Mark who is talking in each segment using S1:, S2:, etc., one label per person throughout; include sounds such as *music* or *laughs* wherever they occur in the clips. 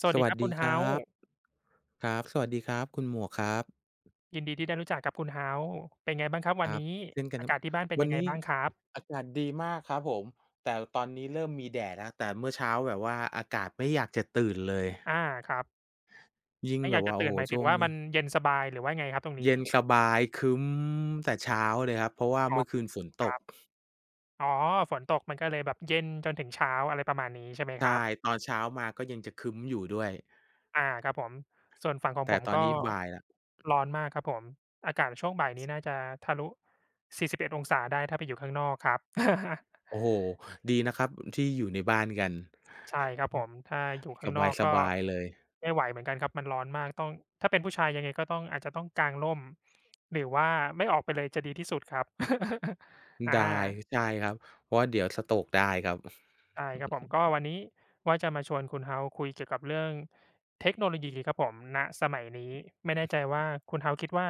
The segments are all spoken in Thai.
S1: ส
S2: ส
S1: วัสดี
S2: วั
S1: ค
S2: ส
S1: รับ
S2: ดี
S1: คุณ h
S2: ค
S1: ฮา s e
S2: รับครับสวัสดีครับคุณหมวกครับ
S1: ยินดีที่ได้รู้จักกับคุณ h ฮา s e เป็นไงบ้างครับ
S2: ค
S1: วัน
S2: รับ
S1: นี้
S2: เช่นกัน
S1: อา
S2: ครับ
S1: กาศที่บ้านเป็น
S2: วัน
S1: ยังไง
S2: นี้
S1: บ้างครับ
S2: อากาศดีมากครับผมแต่ตอนนี้เริ่มมีแดดแล้วแต่เมื่อเช้าแบบว่าอากาศไม่อยากจะตื่นเลย
S1: อาครับ
S2: ยิ่ง
S1: ไม่อ
S2: แบ
S1: ยาก
S2: บ
S1: จะ
S2: ว่าโอ้
S1: ตื่
S2: โฮ
S1: นหมายถึ
S2: ช่
S1: ง
S2: วง
S1: ว่า
S2: นี้
S1: มันเย็นสบายหรือว่าไงครับตรงนี้
S2: เย็นสบายครึ้มแต่เช้าเลยครับเพราะว่า
S1: อ๋อ
S2: เมื่อคืนฝนต
S1: ค
S2: ก
S1: รับอ๋อฝนตกมันก็เลยแบบเย็นจนถึงเช้าอะไรประมาณนี้ใช่ไหมครั
S2: ใช่
S1: บ
S2: ตอนเช้ามาก็ยังจะครึ้มอยู่ด้วย
S1: อาครับผมส่วนฝั่งของผ
S2: แต่
S1: ม
S2: ตอน
S1: ก็
S2: นี้บ่ายแล้ว
S1: ร้อนมากครับผมอากาศช่วงบ่ายนี้น่าจะทะลุ41อดองศาได้ถ้าไปอยู่ข้างนอกครับ *laughs*
S2: โอ้โฮดีนะครับที่อยู่ในบ้านกัน
S1: ใช่ครับผมถ้าอยู่ข้างนอก
S2: ส
S1: ก็
S2: บายๆเลย
S1: ไม่ไหวเหมือนกันครับมันร้อนมากต้องถ้าเป็นผู้ชายยังไงก็ต้องอาจจะต้องกางร่มหรือว่าไม่ออกไปเลยจะดีที่สุดครับ *laughs* อา
S2: ได้ใช่ครับเพราะว่าเดี๋ยว stroke ได้ครับ
S1: ใช่
S2: อือ
S1: ครับ
S2: อื
S1: ผ
S2: อ
S1: มก็วันนี้ว่าจะมาชวนคุณเฮาคุยเกี่ยวกับเรื่องเทคโนโลยีครับผมณสมัยนี้ไม่แน่ใจว่าคุณเฮาคิดว่า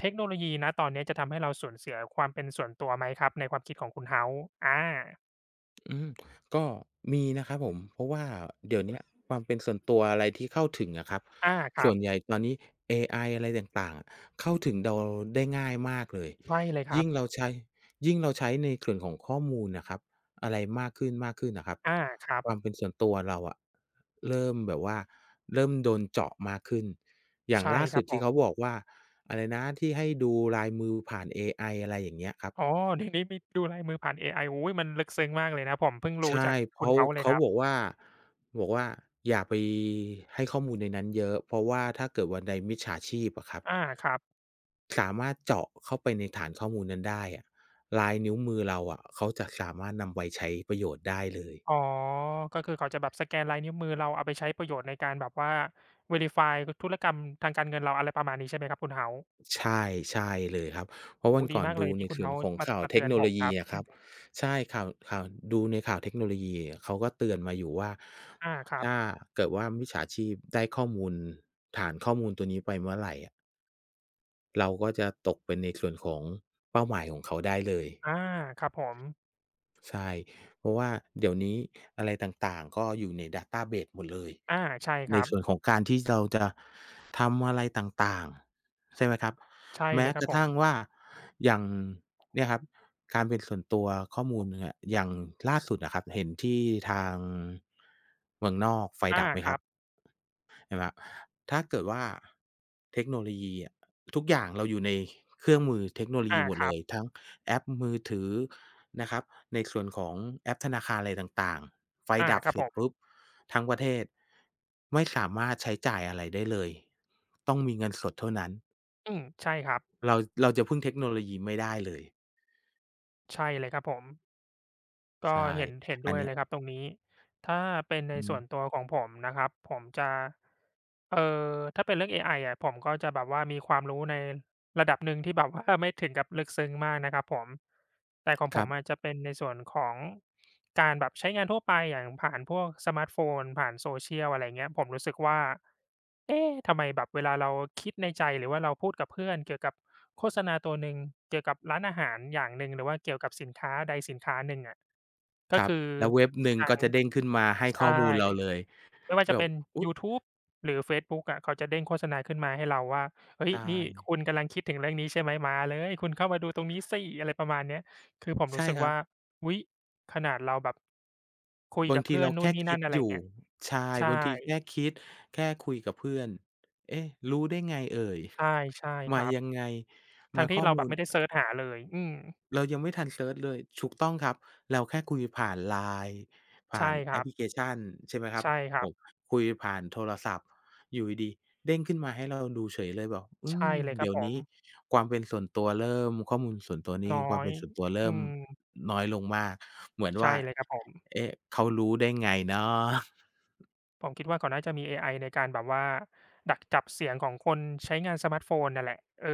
S1: เทคโนโลยีณตอนนี้จะทำให้เราสูญเสียความเป็นส่วนตัวไหมครับในความคิดของคุณเฮาอ่า
S2: อืมก็มีนะครับผมเพราะว่าเดี๋ยวเนี้ยความเป็นส่วนตัวอะไรที่เข้าถึงอะครับ
S1: อาครั
S2: ส่
S1: บ
S2: วนใหญ่ตอนนี้เอไออะไรต่างๆอะเข้าถึงเราได้ง่ายมากเลย
S1: ใช่เลยครั
S2: ยิ่
S1: บ
S2: งเราใช้ยิ่งเราใช้ในส่วนของข้อมูลน่ะครับอะไรมากขึ้นมากขึ้นน่ะครับ
S1: อาครับ
S2: ความเป็นส่วนตัวเราอะเริ่มแบบว่าเริ่มโดนเจาะมากขึ้นอย่าง
S1: ใช่
S2: ล่า
S1: ค
S2: สุ
S1: รั
S2: ด
S1: บผ
S2: ที่เขา
S1: ม
S2: บอกว่าอะไรนะที่ให้ดูลายมือผ่านเอไออะไรอย่างเงี้ยครับ
S1: อ๋อเดี๋ยวนี้มีดูลายมือผ่านเอไอโอ้โฮมันลึกซึ้งมากเลยนะผมเพิ่งรู้
S2: ใช่
S1: จากคุณ
S2: เขา
S1: House เลย
S2: เขา
S1: ครั
S2: บอก
S1: บ
S2: ว่าบอกว่าอย่าไปให้ข้อมูลในนั้นเยอะเพราะว่าถ้าเกิดวันใดมิจฉาชีพอะครับ
S1: อาครับ
S2: สามารถเจาะเข้าไปในฐานข้อมูลนั้นได้อะลายนิ้วมือเราอะเขาจะสามารถนำไปใช้ประโยชน์ได้เลย
S1: อ๋อก็คือเขาจะแบบสแกนลายนิ้วมือเราเอาไปใช้ประโยชน์ในการแบบว่า Verify ธุรกรรมทางการเงินเราอะไรประมาณนี้ใช่ไหมครับคุณ House?
S2: ใช่ใช่เลยครับเพราะ
S1: โอ้
S2: วั
S1: โฮ
S2: น
S1: ดี
S2: ก่อน
S1: มากเล
S2: ดู
S1: ย
S2: ใน
S1: ที่คุณ
S2: ส่วนข
S1: House
S2: อง
S1: มา
S2: ข่าว
S1: มา
S2: เทค
S1: เตือน
S2: โน
S1: ผ
S2: โล
S1: มค
S2: ยี
S1: รับ
S2: อะค
S1: อื
S2: รับ
S1: ม
S2: ใช่ข่าวข่าวดูในข่าวเทคโนโลยีอะเขาก็เตือนมาอยู่ว่า
S1: อาครับ
S2: ถ้าเกิดว่ามิจฉาชีพได้ข้อมูลฐานข้อมูลตัวนี้ไปเมื่อไรอะ เราก็จะตกเป็นในส่วนของเป้าหมายของเขาได้เลย
S1: อาครับผม
S2: ใช่เพราะว่าเดี๋ยวนี้อะไรต่างๆก็อยู่ในดัตต้าเบสหมดเลย
S1: อาใช่ค
S2: ใน
S1: รับ
S2: ส่วนของการที่เราจะทำอะไรต่างๆใช่ไหมครับ
S1: ใช่
S2: แม้
S1: เลยค
S2: ก
S1: รับ
S2: ระ
S1: ผม
S2: ทั่งว่าอย่างเนี่ยครับการเป็นส่วนตัวข้อมูลเนี่ยอย่างล่าสุดอะครับเห็นที่ทางเมืองนอกไฟดั
S1: อา
S2: บไหม
S1: ค
S2: ครั
S1: รั
S2: บ
S1: บ
S2: อะถ้าเกิดว่าเทคโนโลยีอะทุกอย่างเราอยู่ในเครื่องมือเทคโนโลยี
S1: อา
S2: หมด
S1: ค
S2: เล
S1: รับ
S2: ยทั้งแอปมือถือนะครับในส่วนของแอปธนาคารอะไรต่างๆไฟ
S1: อา
S2: ดับ
S1: ครับ
S2: เสร็
S1: ผ
S2: จ
S1: ม
S2: ปุ๊บทั้งประเทศไม่สามารถใช้จ่ายอะไรได้เลยต้องมีเงินสดเท่านั้น
S1: อืมใช่ครับ
S2: เราเราจะพึ่งเทคโนโลยีไม่ได้เลย
S1: ใช่เลยครับผม ก็
S2: ใช่
S1: เห็น
S2: อั
S1: ด้
S2: น
S1: วย
S2: เนี้ย
S1: เลยครับตรงนี้ถ้าเป็นใน
S2: อื
S1: ส่
S2: ม
S1: วนตัวของผมนะครับผมจะถ้าเป็นเรื่องเอไออะผมก็จะแบบว่ามีความรู้ในระดับหนึ่งที่แบบว่าไม่ถึงกับลึกซึ้งมากนะครับผมแต่ของ
S2: ค
S1: ผ
S2: รั
S1: มอะ
S2: บ
S1: จะเป็นในส่วนของการแบบใช้งานทั่วไปอย่างผ่านพวกสมาร์ตโฟนผ่าน social อะไรเงี้ยผมรู้สึกว่าเอ๊ะทำไมแบบเวลาเราคิดในใจหรือว่าเราพูดกับเพื่อนเกี่ยวกับโฆษณาตัวหนึ่งเกี่ยวกับร้านอาหารอย่างหนึ่งหรือว่าเกี่ยวกับสินค้าใดสินค้าหนึ่งอะ
S2: ค
S1: ก็
S2: รับ
S1: คือ
S2: แล้วเว็บหนึ่ง
S1: ทา
S2: ก็
S1: ง
S2: จะเด้งขึ้นมาให้ข้
S1: ใช่
S2: อมูลเราเลย
S1: ไม่ว่าจะ
S2: แบบ
S1: เป็น
S2: อุ๊ย
S1: ยูทูบหรือเฟซบุ๊กอะเขาจะเด้งโฆษณาขึ้นมาให้เราว่าเฮ้
S2: ใช
S1: ยนี่
S2: ่
S1: คุณกำลังคิดถึงเรื่องนี้ใช่ไหมมาเลยคุณเข้ามาดูตรงนี้สิอะไรประมาณเนี้ยคือผมรู้
S2: ใช่
S1: สึก
S2: ครับ
S1: ว่าอุ๊ยขนาดเราแบบคุย
S2: บาง
S1: กับ
S2: ที
S1: เพื่อ
S2: เรา
S1: นนู่น
S2: แค่
S1: นี่
S2: คิ
S1: นั่
S2: ด
S1: นอะไร
S2: อ
S1: อย่าง
S2: ยู่
S1: เงี้ย
S2: ใช่
S1: ใช่
S2: บางทีแค่คิดแค่คุยกับเพื่อน เอ๊ะรู้ได้ไงเอ่ย
S1: ใช่ใช่ค
S2: มา
S1: รับ
S2: ยังไงมา
S1: ทั้งที่
S2: ข้อ
S1: เราแบ
S2: มู
S1: บ
S2: ล
S1: ไม่ได้เซิร์ชหาเลยอืม
S2: เรายังไม่ทันเซิร์ชเลยถูกต้องครับเราแค่คุยผ่าน LINE ผ่า
S1: ใช่
S2: น
S1: ค
S2: แอ
S1: รั
S2: ปพ
S1: บ
S2: ลิเคชันใช่ไหมครับ
S1: ใช่ค
S2: ผ
S1: รับ
S2: มคุยผ่านโทรศัพท์อยู่ดีๆเด้งขึ้นมาให้เราดูเฉยเลยบอกอื
S1: ใช่
S2: ม
S1: เลยครับ
S2: เดี๋ยว
S1: ผม
S2: นี้ความเป็นส่วนตัวเริ่มข้อมูลส่วนตัวนี่
S1: น้อ
S2: ความ
S1: ย
S2: เป็นส่วนตัว
S1: อื
S2: เริ่ม
S1: ม
S2: น้อยลงมากเหมือน
S1: ใช่
S2: ว่า
S1: เลยครับผม
S2: เอ๊ะเขารู้ได้ไงเนาะ
S1: ผมคิดว่าเขาน่าจะมีเอไอในการแบบว่าดักจับเสียงของคนใช้งานสมาร์ตโฟนนั่นแหละเออ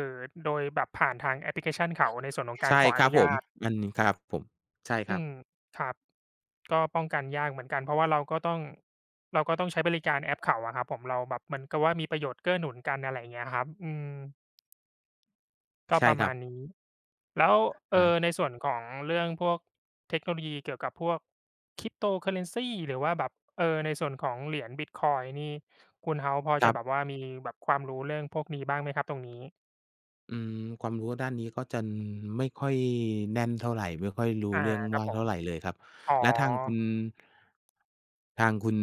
S1: โดยแบบผ่านทางแอปพลิเคชันเขาในส่วนของการ
S2: ใช่
S1: ขอ
S2: ค
S1: อ
S2: รับ
S1: นุ
S2: ผม
S1: ญาต
S2: มันครับผมใช่ค
S1: อื
S2: รับ
S1: มครับก็ป้องกันยากเหมือนกันเพราะว่าเราก็ต้องใช้บริการแอปเขาอะครับผมเราแบบเหมือนกับว่ามีประโยชน์เกื้อหนุนกันอะไรอย่างเงี้ยครับอืม ก็
S2: ใช่
S1: ประ
S2: ครั
S1: มา
S2: บ
S1: ณนี้ แล้ว
S2: ใช่
S1: ในส่วนของเรื่องพวกเทคโนโลยีเกี่ยวกับพวก Cryptocurrency หรือว่าแบบในส่วนของเหรียญบิตคอยน์นี่คุณเฮาส์พอ
S2: ครั
S1: จะแบบ
S2: บ
S1: ว่ามีแบบความรู้เรื่องพวกนี้บ้างไหมครับตรงนี้
S2: อืมความรู้ด้านนี้ก็จะไม่ค่อยแน่นเท่าไรไม่ค่อยรู้
S1: อา
S2: เรื่อง
S1: ครั
S2: มา
S1: บ
S2: ก
S1: ผม
S2: เท่าไรเลยครับ
S1: อ๋อ
S2: แล้วทางคุณ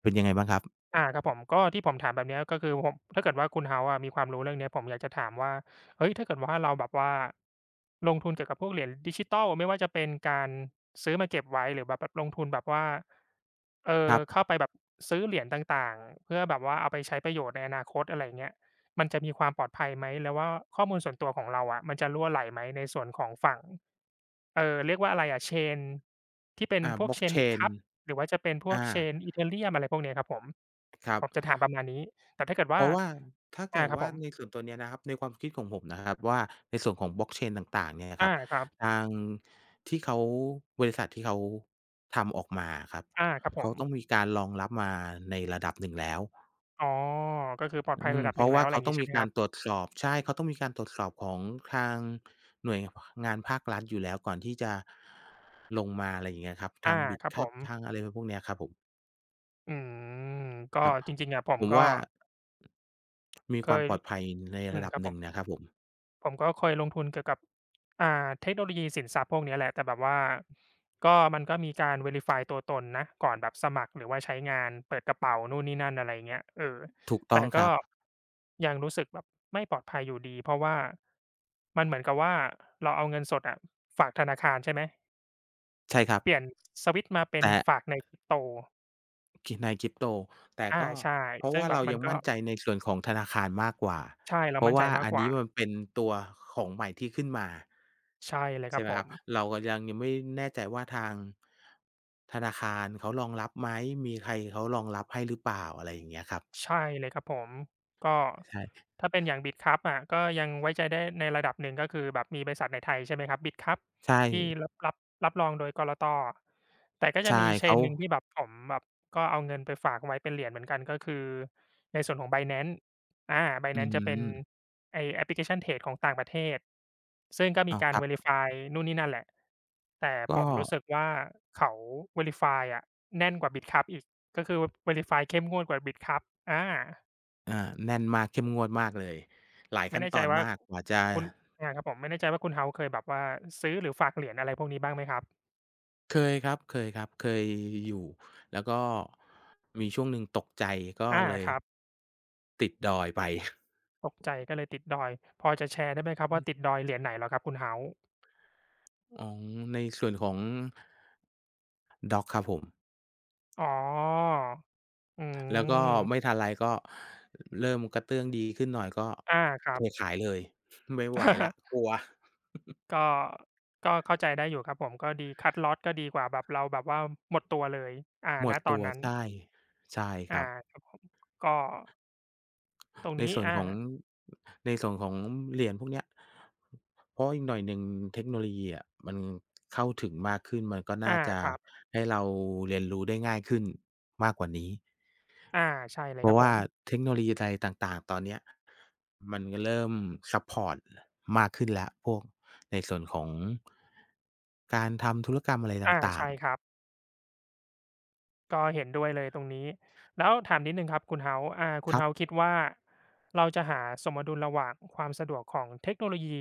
S2: เป็นยังไงบ้างครับ
S1: อาครับผมก็ที่ผมถามแบบเนี้ยก็คือผมถ้าเกิดว่าคุณ House อะมีความรู้เรื่องเนี้ยผมอยากจะถามว่าเฮ้ยถ้าเกิดว่าเราแบบว่าลงทุนเกี่ยวกับพวกเหรียญดิจิทัลไม่ว่าจะเป็นการซื้อมาเก็บไว้หรือแบบลงทุนแบบว่า
S2: ครับ
S1: เข้าไปแบบซื้อเหรียญต่างๆเพื่อแบบว่าเอาไปใช้ประโยชน์ในอนาคตอะไรอย่างเงี้ยมันจะมีความปลอดภัยไหมแล้วว่าข้อมูลส่วนตัวของเราอะมันจะรั่วไหลไหมในส่วนของฝั่งเรียกว่าอะไรอะเชนที่เป็น
S2: อ่า
S1: พวกเชน
S2: Blockchain
S1: Bitkub หรือว่าจะเป็นพวก
S2: อา
S1: Chain Ethereum อะไรพวกเนี้ยครับผม
S2: ครับ
S1: ผมจะถามประมาณนี้แต่ถ้าเกิด
S2: เพ
S1: ว่า
S2: ราะว่าถ้า
S1: อา
S2: เกิด
S1: ครับ
S2: ว่า
S1: ผม
S2: ในส่วนตัวเนี้ยนะครับในความคิดของผมนะครับว่าในส่วนของ Blockchain ต่างๆเนี่ยค
S1: อา
S2: รับ
S1: ครับ
S2: ทางที่เขาบริษัทที่เขาทำออกมาอะครับ
S1: อาครับผ
S2: เขา
S1: ม
S2: ต้องมีการรองรับมาในระดับหนึ่งแล้ว
S1: อ๋อก็คือปลอดภัยระดับ
S2: เพ
S1: หนึ่ง
S2: ราะ
S1: แล้
S2: ว่า
S1: วอะไร
S2: เขา
S1: อย่าง
S2: ต้อ
S1: งี้
S2: ง
S1: ใช่
S2: มี
S1: ไหมค
S2: การ
S1: รั
S2: ต
S1: บ
S2: รวจสอบใช่เขาต้องมีการตรวจสอบของทางหน่วยงานภาครัฐอยู่แล้วก่อนที่จะลงมาอะไรอย่างเงี้ยครับทาง
S1: อาครับผ
S2: BitCut
S1: ม
S2: ทางอะไรพวกเนี้ยครับผม
S1: อืมก็
S2: ครับ
S1: จริงๆอะผ
S2: ผ
S1: ม
S2: ม
S1: ก็
S2: ว่ามีค
S1: เค
S2: วาม
S1: ย
S2: ปลอดภัยใน
S1: อื
S2: ระ
S1: ม
S2: ดับ
S1: ครับ
S2: ห
S1: ผ
S2: นึ่ง
S1: ม
S2: นะครับผม
S1: ผมก็เคยลงทุนเกี่ยวกับอ่าเทคโนโลยีสินทรัพย์พวกเนี้ยแหละ แต่แบบว่าก็มันก็มีการ Verify ตัวตนนะก่อนแบบสมัครหรือว่าใช้งานเปิดกระเป๋านู่นนี่นั่นอะไรอย่างเงี้ยเออ
S2: ถูกต้
S1: แต่
S2: องค
S1: ก็
S2: รับ
S1: ยังรู้สึกแบบไม่ปลอดภัยอยู่ดี เพราะว่ามันเหมือนกับว่าเราเอาเงินสดอะฝากธนาคารใช่ไหม
S2: ใช่ครับ
S1: เปลี่ยนสวิตช์มาเป็น
S2: แต่
S1: ฝากใน Crypto
S2: คิใน Crypto แต่
S1: อา
S2: ก็
S1: ใช่
S2: เพราะ
S1: ซึ่ง
S2: ว่า
S1: แบ
S2: เรา
S1: บมั
S2: ยั
S1: น
S2: ง
S1: ก็
S2: มั่นใจในส่วนของธนาคารมากกว่า
S1: ใช่
S2: เพ
S1: เรา
S2: ราะ
S1: มั่นใจ
S2: ว่า
S1: มาก
S2: อัน
S1: กว่า
S2: นี้มันเป็นตัวของใหม่ที่ขึ้นมา
S1: ใช่เลยค
S2: ใช่
S1: รับ
S2: ไหม
S1: ผ
S2: ครับ
S1: ม
S2: เราก็ยังไม่แน่ใจว่าทางธนาคารเขารองรับไหมมีใครเขารองรับให้หรือเปล่าอะไรอย่างเงี้ยครับ
S1: ใช่เลยครับผมก็
S2: ใช่
S1: ถ้าเป็นอย่าง BITKUB อะก็ยังไว้ใจได้ในระดับหนึ่งก็คือแบบมีบริษัทในไทยใช่ไหมครับ BITKUB
S2: ใช่
S1: ที่รับรองโดยกลตแต่ก็จะ
S2: ใช่
S1: มี
S2: เขา
S1: chain หนึ่งที่แบบผมแบบก็เอาเงินไปฝากไว้เป็นเหรียญเหมือนกันก็คือในส่วนของ Binance อา
S2: อื
S1: Binance จะเป็น
S2: ม
S1: ไอ้แอปพลิเคชันเทรดของต่างประเทศซึ่งก็มี
S2: อ้าว
S1: กา
S2: ค
S1: ร
S2: รับ
S1: Verify นู่นนี่นั่นแหละแต่ผ
S2: ก็
S1: มรู้สึกว่าเขา Verify อะแน่นกว่า BITKUB อีก ก็คือ Verify เข้มงวดกว่า Bitkub อา
S2: อ่าแน่นมากเข้มงวดมากเลยหลาย
S1: ไม่
S2: ขั้น
S1: แน่
S2: ต
S1: ใจ
S2: อน
S1: ว่า
S2: มากกว่าจะ
S1: คุณอาครับผมไม่แน่ใจว่าคุณ House เคยแบบว่าซื้อหรือฝากเหรียญอะไรพวกนี้บ้างไหมครับ
S2: เคยครับเคยครับเคยอยู่แล้วก็มีช่วงหนึ่งตกใจก็
S1: อา
S2: เลย
S1: ครับ
S2: ติดดอยไป
S1: ตกใจก็เลยติดดอยพอจะแชร์ได้ไหมครับว่าติดดอยเหรียญไหนเหรอครับคุณ House?
S2: *laughs* อ๋อในส่วนของด็อกครับผม
S1: อ๋อ อื
S2: แล้วก็ไม่
S1: ม
S2: ทันไรก็เริ่มกระเตื้องดีขึ้นหน่อยก็
S1: อาครั
S2: เท
S1: บ
S2: ขายเลย *laughs* ไม่ไหวแล้ว
S1: *laughs*
S2: กลัว
S1: ก็เข้าใจได้อยู่ครับผมก็ดีคัตล็อตก็ดีกว่าแบบเราแบบว่าหมดตัวเลยอา
S2: หม
S1: ณ
S2: ด
S1: ตอ
S2: ตั
S1: น
S2: ว
S1: นั้น
S2: ใช่ใช่ครั
S1: อา
S2: บ
S1: ครับผมก็ตรง
S2: ใน
S1: นี้
S2: ส่วนข
S1: อา
S2: องในส่วนของเหรียญพวกเนี้ยเพราะอีกหน่อยหนึ่งเทคโนโลยีอะมันเข้าถึงมากขึ้นมันก็น่า
S1: อา
S2: จะ
S1: ครับ
S2: ให้เราเรียนรู้ได้ง่ายขึ้นมากกว่านี้
S1: อาใช่เล
S2: เพ
S1: ยค
S2: ราะ
S1: รับผ
S2: ว่า
S1: ม
S2: เทคโนโลยีอะไรต่างๆตอนเนี้ยมันก็เริ่มซัปพอร์ตมากขึ้นแล้วพวกในส่วนของการทำธุรกรรมอะไรต
S1: อา
S2: ่า
S1: ใช่
S2: ง
S1: ครับ ก็เห็นด้วยเลยตรงนี้ แล้วถามนิดหนึ่งครับคุณเฮ u s e อ่า
S2: ๆ
S1: คุ
S2: ค
S1: ณ
S2: รับ
S1: เฮา s คิดว่าเราจะหาสมดุลระหว่างความสะดวกของเทคโนโลยี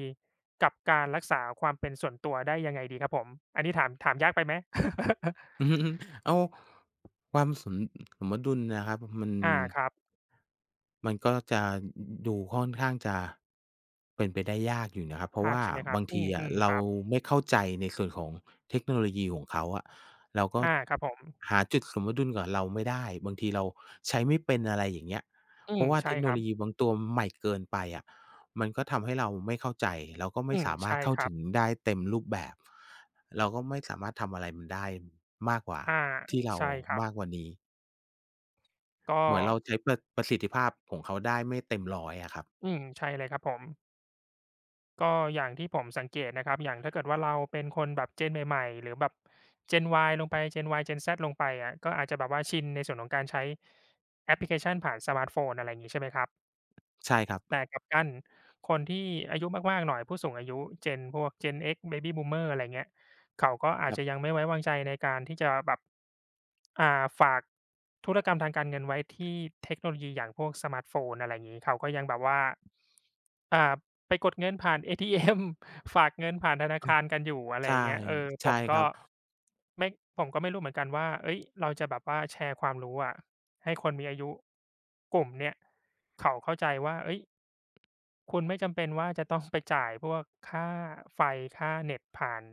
S1: กับการรักษาความเป็นส่วนตัวได้ยังไงดีครับผม อันนี้ถามยากไปไหม *laughs*
S2: *laughs* อืมเอาวความสมดุลนะครับมัน
S1: อาครับ
S2: มันก็จะดูค่อนข้างจะเป็นไปได้ยากอยู่นะครับเพราะ
S1: ยาก
S2: ว่า
S1: ใช่ไหมครับ
S2: บาง
S1: อื
S2: ทีอะ
S1: มๆค
S2: เรา
S1: รับ
S2: ไม่เข้าใจในส่วนของเทคโนโลยีของเขาอะเราก็
S1: อาครับผม
S2: หาจุดสมดุลกับเราไม่ได้บางทีเราใช้ไม่เป็นอะไรอย่างเงี้ย
S1: อื
S2: เพ
S1: ม
S2: ราะว่า
S1: ใช่
S2: เทคโน
S1: ครั
S2: โล
S1: บ
S2: ยีบางตัวใหม่เกินไปอะมันก็ทำให้เราไม่เข้าใจแล้วก็ไม่
S1: อืม
S2: สามาร
S1: ใช่
S2: ถเข้า
S1: ครั
S2: ถึ
S1: บ
S2: งได้เต็มรูปแบบ เราก็ไม่สามารถทำอะไรมันได้มากกว่า
S1: อา
S2: ที่เรา
S1: ใช่ครับ
S2: มากกว่านี้
S1: ก็
S2: เหมือนเราใช้ประสิทธิภาพของเขาได้ไม่เต็มร้อยอะครับ
S1: อืมใช่เลยครับผม ก็อย่างที่ผมสังเกตนะครับ อย่างถ้าเกิดว่าเราเป็นคนแบบ Gen ใหม่ๆหรือแบบ Gen Y ลงไป Gen Y Gen Z ลงไปอะก็อาจจะแบบว่าชินในส่วนของการใช้แอปพลิเคชันผ่านสมาร์ทโฟนอะไรอย่างงี้ใช่ไหมครับ
S2: ใช่ครับ
S1: แต่กลับกันคนที่อายุมากๆหน่อยผู้สูงอายุ Gen พวก Gen X Baby Boomer อะไรเงี้ยเขาก็
S2: ค
S1: อาจ
S2: รั
S1: จะยัง
S2: บ
S1: ไม่ไว้วางใจในการที่จะแบบ อ่าฝากธุรกรรมทางการเงินไว้ที่เทคโนโลยีอย่างพวกสมาร์ทโฟนอะไรอย่างงี้เขาก็ยังแบบว่าอ่าไปกดเงินผ่าน ATM *laughs* ฝากเงินผ่านธนาคารกันอยู่อะไรอ
S2: ใช่
S1: ย่างเงี้ยเออผ
S2: ใช่
S1: ม
S2: ค
S1: ก็
S2: รับ
S1: ไม่ผมก็ไม่รู้เหมือนกันว่าเฮ้ยเราจะแบบว่าแชร์ความรู้อะให้คนมีอายุกลุ่มเนี่ยเขาเข้าใจว่าเฮ้ย คุณไม่จำเป็นว่าจะต้อง *laughs* ไปจ่ายพวกค่าไฟค่าเน็ตผ่าน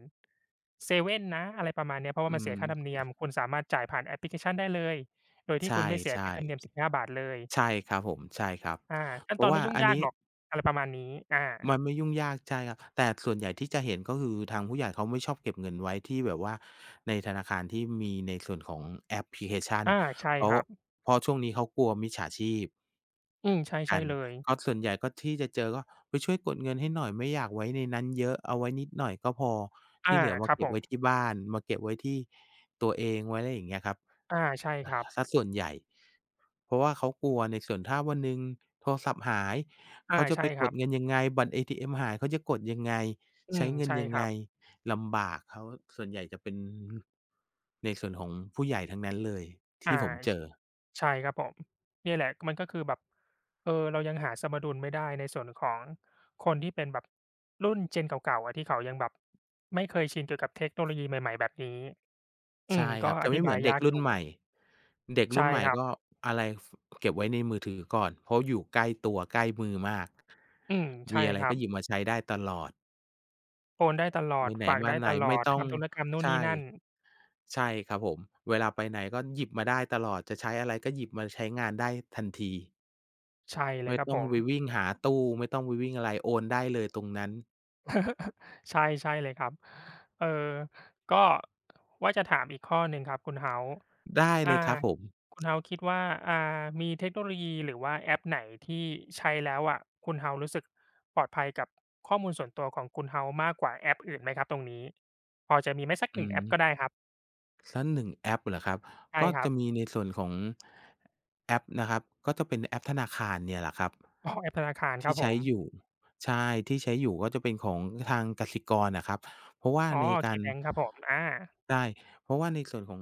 S1: เซเว่นนะอะไรประมาณเนี้ยเพราะ
S2: อื
S1: ว่ามันเสีย
S2: ม
S1: ค่าธรรมเนียมคุณสามารถจ่ายผ่านแอปพลิเคชันได้เลยโดย
S2: ใ
S1: ที่คุณไม่เสียค่าธรร
S2: ช่
S1: มเนียม15 บาทเลย
S2: ๆใช่ครับผมใช่ครับ
S1: อาขั้
S2: เพ
S1: นต
S2: ราะ
S1: อน
S2: ว่า
S1: ไม่ยุ่ง
S2: อัน
S1: ยาก
S2: นี้
S1: หรอกอะไรประมาณนี้อา
S2: มันไม่ยุ่งยากใช่ครับแต่ส่วนใหญ่ที่จะเห็นก็คือทางผู้ใหญ่เขาไม่ชอบเก็บเงินไว้ที่แบบว่าในธนาคารที่มีในส่วนของแอปพลิเคชัน
S1: อาใช่
S2: เพราะ
S1: ครับ
S2: เพราะช่วงนี้เขากลัวมิจฉาชีพ
S1: อืมใช่ใช่
S2: กัน
S1: เลย
S2: ก็ส่วนใหญ่ก็ที่จะเจอก็ไปช่วยกดเงินให้หน่อยไม่อยากไว้ในนั้นเยอะเอาไว้นิดหน่อยก็พอที่
S1: อา
S2: เหลือมา
S1: ครับ
S2: เก็
S1: ผ
S2: บ
S1: ม
S2: ไว้ที่บ้านมาเก็บไว้ที่ตัวเองไว้อะไรอย่างเงี้ยครับ
S1: อาใช่ค
S2: อา
S1: รับ
S2: เสียส่วนใหญ่เพราะว่าเขากลัวในส่วนถ้าวันหนึ่งโทรศัพท์หาย
S1: อา
S2: เขาจะไป
S1: ใช่ค
S2: ก
S1: รั
S2: ด
S1: บ
S2: เงินยังไงบัตรเอทีเอ็มหายเขาจะกดยังไง
S1: อื
S2: ใช้
S1: ม
S2: เงิน
S1: ใช่
S2: ยัง
S1: ค
S2: ไง
S1: รับ
S2: ลำบากเขาส่วนใหญ่จะเป็นในส่วนของผู้ใหญ่ทั้งนั้นเลยที่
S1: อา
S2: ผมเจอ
S1: ใช่ครับผมเนี่ยแหละมันก็คือแบบเออเรายังหาสมดุลไม่ได้ในส่วนของคนที่เป็นแบบรุ่น Gen เก่าๆอะที่เขายังแบบไม่เคยชินเกี่ยวกับเทคโนโลยีใหม่ๆแบบนี้อื
S2: ใช่
S1: ม
S2: ค
S1: ก็
S2: รับ
S1: อ
S2: จะ
S1: ธิ
S2: ไม่เหมื
S1: บา
S2: อ
S1: ย
S2: นเด็
S1: ยา
S2: ก
S1: กอ
S2: รุ่น
S1: ยู่
S2: ใหม่เด็กรุ่
S1: ใช่
S2: นใหม่
S1: ครับ
S2: ก็อะไรฟเก็บไว้ในมือถือก่อนเพราะอยู่ใกล้ตัวใกล้มือมาก
S1: อืม
S2: มี
S1: ใช่
S2: อะไร
S1: ครั
S2: ก็
S1: บ
S2: หยิบมาใช้ได้ตลอด
S1: โอนได้ตลอ
S2: ไป
S1: ด
S2: ไหน
S1: ฝาก
S2: มา
S1: ได้
S2: ไหน
S1: ตล
S2: ไม่
S1: อด
S2: ต้อง
S1: ทำธุรกรรมนู่น
S2: ใช่
S1: นี่นั่น
S2: ใช่ครับผมเวลาไปไหนก็หยิบมาได้ตลอดจะใช้อะไรก็หยิบมาใช้งานได้ทันที
S1: ใช่เลย
S2: ไม่
S1: ครับ
S2: ต้
S1: ผ
S2: อง
S1: ม
S2: ไปวิ่งหาตู้ไม่ต้องไปวิ่งอะไรโอนได้เลยตรงนั้น
S1: *laughs* ใช่ใช่เลยครับเออก็ว่าจะถามอีกข้อหนึ่งครับคุณ House
S2: ได้เล
S1: อ่า
S2: ยครับผม
S1: คุณ House คิดว่าอ่ามีเทคโนโลยีหรือว่าแอปไหนที่ใช้แล้วอะคุณ House รู้สึกปลอดภัยกับข้อมูลส่วนตัวของคุณ House มากกว่าแอปอื่นไหมครับตรงนี้พอจะมีไหมสักห
S2: อื
S1: นึ่งแอ
S2: ม
S1: ปก็ได้ครับ
S2: สักหนึ่งแอปเหรอครับ
S1: ใช่
S2: ก็
S1: ครั
S2: จะ
S1: บ
S2: มีในส่วนของแอปนะครับก็จะเป็นแอปธนาคารเนี่ยแหละครับ
S1: อ๋อแอปธนาคารค
S2: ที่
S1: รับผ
S2: ใช้
S1: ม
S2: อยู่ใช่ที่ใช้อยู่ก็จะเป็นของทางกสิกรอะครับเพราะว่า
S1: อ๋อ
S2: ในการ
S1: KBank ครับผมอา
S2: ใช่เพราะว่าในส่วนของ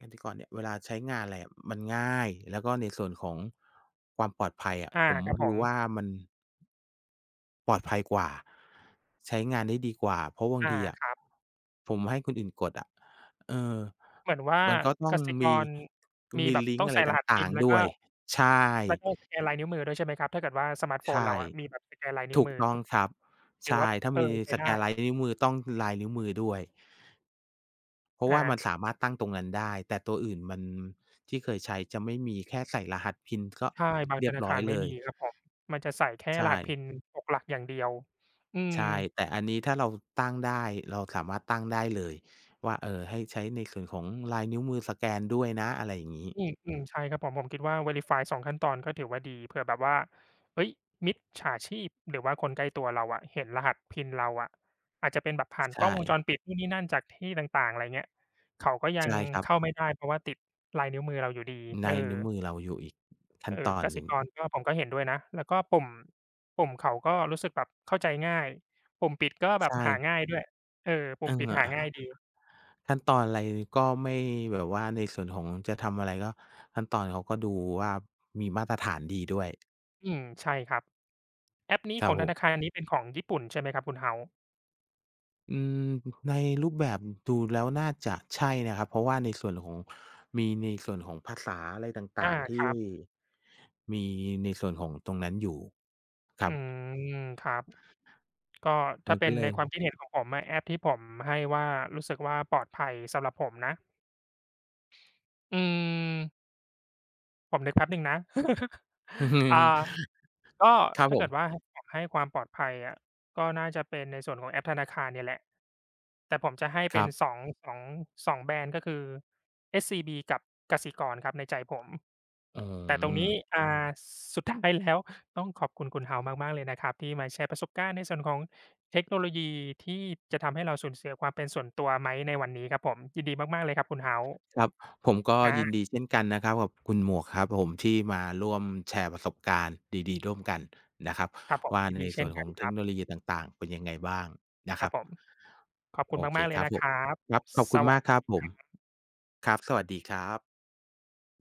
S2: กสิกรเนี่ยเวลาใช้งานอะไรอะมันง่ายแล้วก็ในส่วนของความปลอดภัยอะ
S1: อา
S2: ผม
S1: ครับผ
S2: ดู
S1: ม
S2: ว่ามัน ปลอดภัยกว่าใช้งานได้ดีกว่าเพราะบาง
S1: อา
S2: ทีอะ
S1: ครับ
S2: ผมให้คนอื่นกดอะเออ
S1: เหมือนว่า
S2: มันก็ต้
S1: ก
S2: อง
S1: สิก
S2: มี
S1: รมี
S2: มี
S1: แบบ
S2: ลิง
S1: ต้
S2: ก์
S1: อง
S2: อะไร
S1: ใส่
S2: ต
S1: รหัส
S2: ่า
S1: PIN
S2: ง
S1: แล้
S2: ๆ
S1: ว
S2: ด้
S1: ก็
S2: วยใช่
S1: มันก็อสแกนลายนิ้วมือด้วยใช่ไหมครับถ้าเกิดว่าสมาร์ตโฟน
S2: ใช่
S1: เราอะมีแบบสแกนลายนิ้ว
S2: ถูก
S1: มือ
S2: ต้อง
S1: ก็
S2: ครับ
S1: ถือ
S2: ใช่
S1: ว่า
S2: ถ้า
S1: เออ
S2: มี
S1: ใช้
S2: ส
S1: ได้
S2: แกนลายนิ้วมือต้องลายนิ้วมือด้วยเพราะว่า
S1: อา
S2: มันสามารถตั้งตรงนั้นได้แต่ตัวอื่นมันที่เคยใช้จะไม่มีแค่ใส่รหัส PIN ก็
S1: ใช่บาง
S2: เรี
S1: ธ
S2: ยบ
S1: นา
S2: ร้อ
S1: คา
S2: ย
S1: ร
S2: เล
S1: ไม่
S2: ย
S1: มีครับผมมันจะใส่แค่ร
S2: ใช่
S1: หัส PIN หกหลักอย่างเดียวอืม
S2: ใช่แต่อันนี้ถ้าเราตั้งได้เราสามารถตั้งได้เลยว่าให้ใช้ในส่วนของลายนิ้วมือสแกนด้วยนะอะไรอย่างงี้
S1: อืมๆใช่ครับผมผมคิดว่า Verify 2ขั้นตอนก็ถือว่าดีเผื่อแบบว่าเฮ้ยมิจฉาชีพหรือว่าคนใกล้ตัวเราอะเห็นรหัส PIN เราอะอาจจะเป็นแบบผ่านกล้อง
S2: ใช่
S1: วงจรปิดนู่นนี่นั่นจากที่ต่างๆอะไรเงี้ยเขาก็ยัง
S2: ใช่ครั
S1: เข้า
S2: บ
S1: ไม่ได้เพราะว่าติดลายนิ้วมือเราอยู่ดีเอ
S2: ลา
S1: อ
S2: ยนิ้วมือเราอยู่อีกขั้
S1: เอ
S2: นต
S1: อ
S2: อน
S1: ก
S2: ห
S1: สิ
S2: นึ่ง
S1: กรก็ผมก็เห็นด้วยนะแล้วก็ปุ่มเขาก็รู้สึกแบบเข้าใจง่ายปุ่มปิดก็แบบหา
S2: ใช่
S1: ง่ายด้วยเออปุ่
S2: เอ
S1: มปิดหาง่าย
S2: อ
S1: ดี
S2: ขั้นตอนอะไรก็ไม่แบบว่าในส่วนของจะทำอะไรก็ขั้นตอนเขาก็ดูว่ามีมาตรฐานดีด้วย
S1: อืมใช่ครับแอปนี้
S2: ค
S1: ข
S2: รั
S1: อ
S2: บ
S1: ง
S2: ผ
S1: ธนาคา
S2: ม
S1: รนี้เป็นของญี่ปุ่นใช่ไหมครับคุณ House?
S2: อืมในรูปแบบดูแล้วน่าจะใช่นะครับเพราะว่าในส่วนของมีในส่วนของภาษาอะไรต่า
S1: อา
S2: งๆที่
S1: ครับ
S2: มีในส่วนของตรงนั้นอยู่ครั
S1: อื
S2: บ
S1: มครับก็
S2: มั
S1: ถ้า
S2: น
S1: เป็
S2: ก็
S1: น
S2: เล
S1: ใน
S2: ย
S1: ความคิดเห็นของผมอะแอปที่ผมให้ว่ารู้สึกว่าปลอดภัยสำหรับผมนะอืมผมนึกแป๊บหนึ่งนะ *laughs* อ่า
S2: *laughs*
S1: ก็
S2: ครับผ
S1: ถ้าเกิดว่า
S2: ม
S1: ให้อยากให้ความปลอดภัยอะก็น่าจะเป็นในส่วนของแอปธนาคารเนี่ยแหละแต่ผมจะให้
S2: ค
S1: เป็
S2: รั
S1: นส
S2: บ
S1: องสองสองแบรนด์ก็คือ SCB กับกสิกรครับในใจผม
S2: อื
S1: แต่ตรง
S2: ม
S1: นี้อ่าสุดท้ายแล้วต้องขอบคุณคุณ House มากๆเลยนะครับที่มาแชร์ประสบการณ์ในส่วนของเทคโนโลยีที่จะทำให้เราสูญเสียความเป็นส่วนตัวไหมในวันนี้ครับผมยินดีมากๆเลยครับคุณ House
S2: ครับผมก็ยินดี
S1: อา
S2: เช่นกันนะครับกับคุณหมวกครับผมที่มาร่วมแชร์ประสบการณ์ดีๆร่วมกันนะครับ
S1: ครับผม
S2: ว่า
S1: ยิน
S2: ใน
S1: ดี
S2: ส่
S1: เช่
S2: ว
S1: น
S2: นข
S1: กั
S2: อ
S1: น
S2: ง
S1: ค
S2: เทค
S1: รั
S2: โนโล
S1: บ
S2: ยีต่างๆเป็นยังไงบ้างนะ
S1: ค
S2: ค
S1: รั
S2: รั
S1: บ
S2: บ
S1: ผมขอบคุณ
S2: โอเค
S1: มากๆเล
S2: ค
S1: ย
S2: รับ
S1: นะ
S2: ผ
S1: ค
S2: ม
S1: รับ
S2: ครับขอบ
S1: ส
S2: คุณ
S1: วั
S2: มากค
S1: ส
S2: รับผม ครับ สวัสดีครับ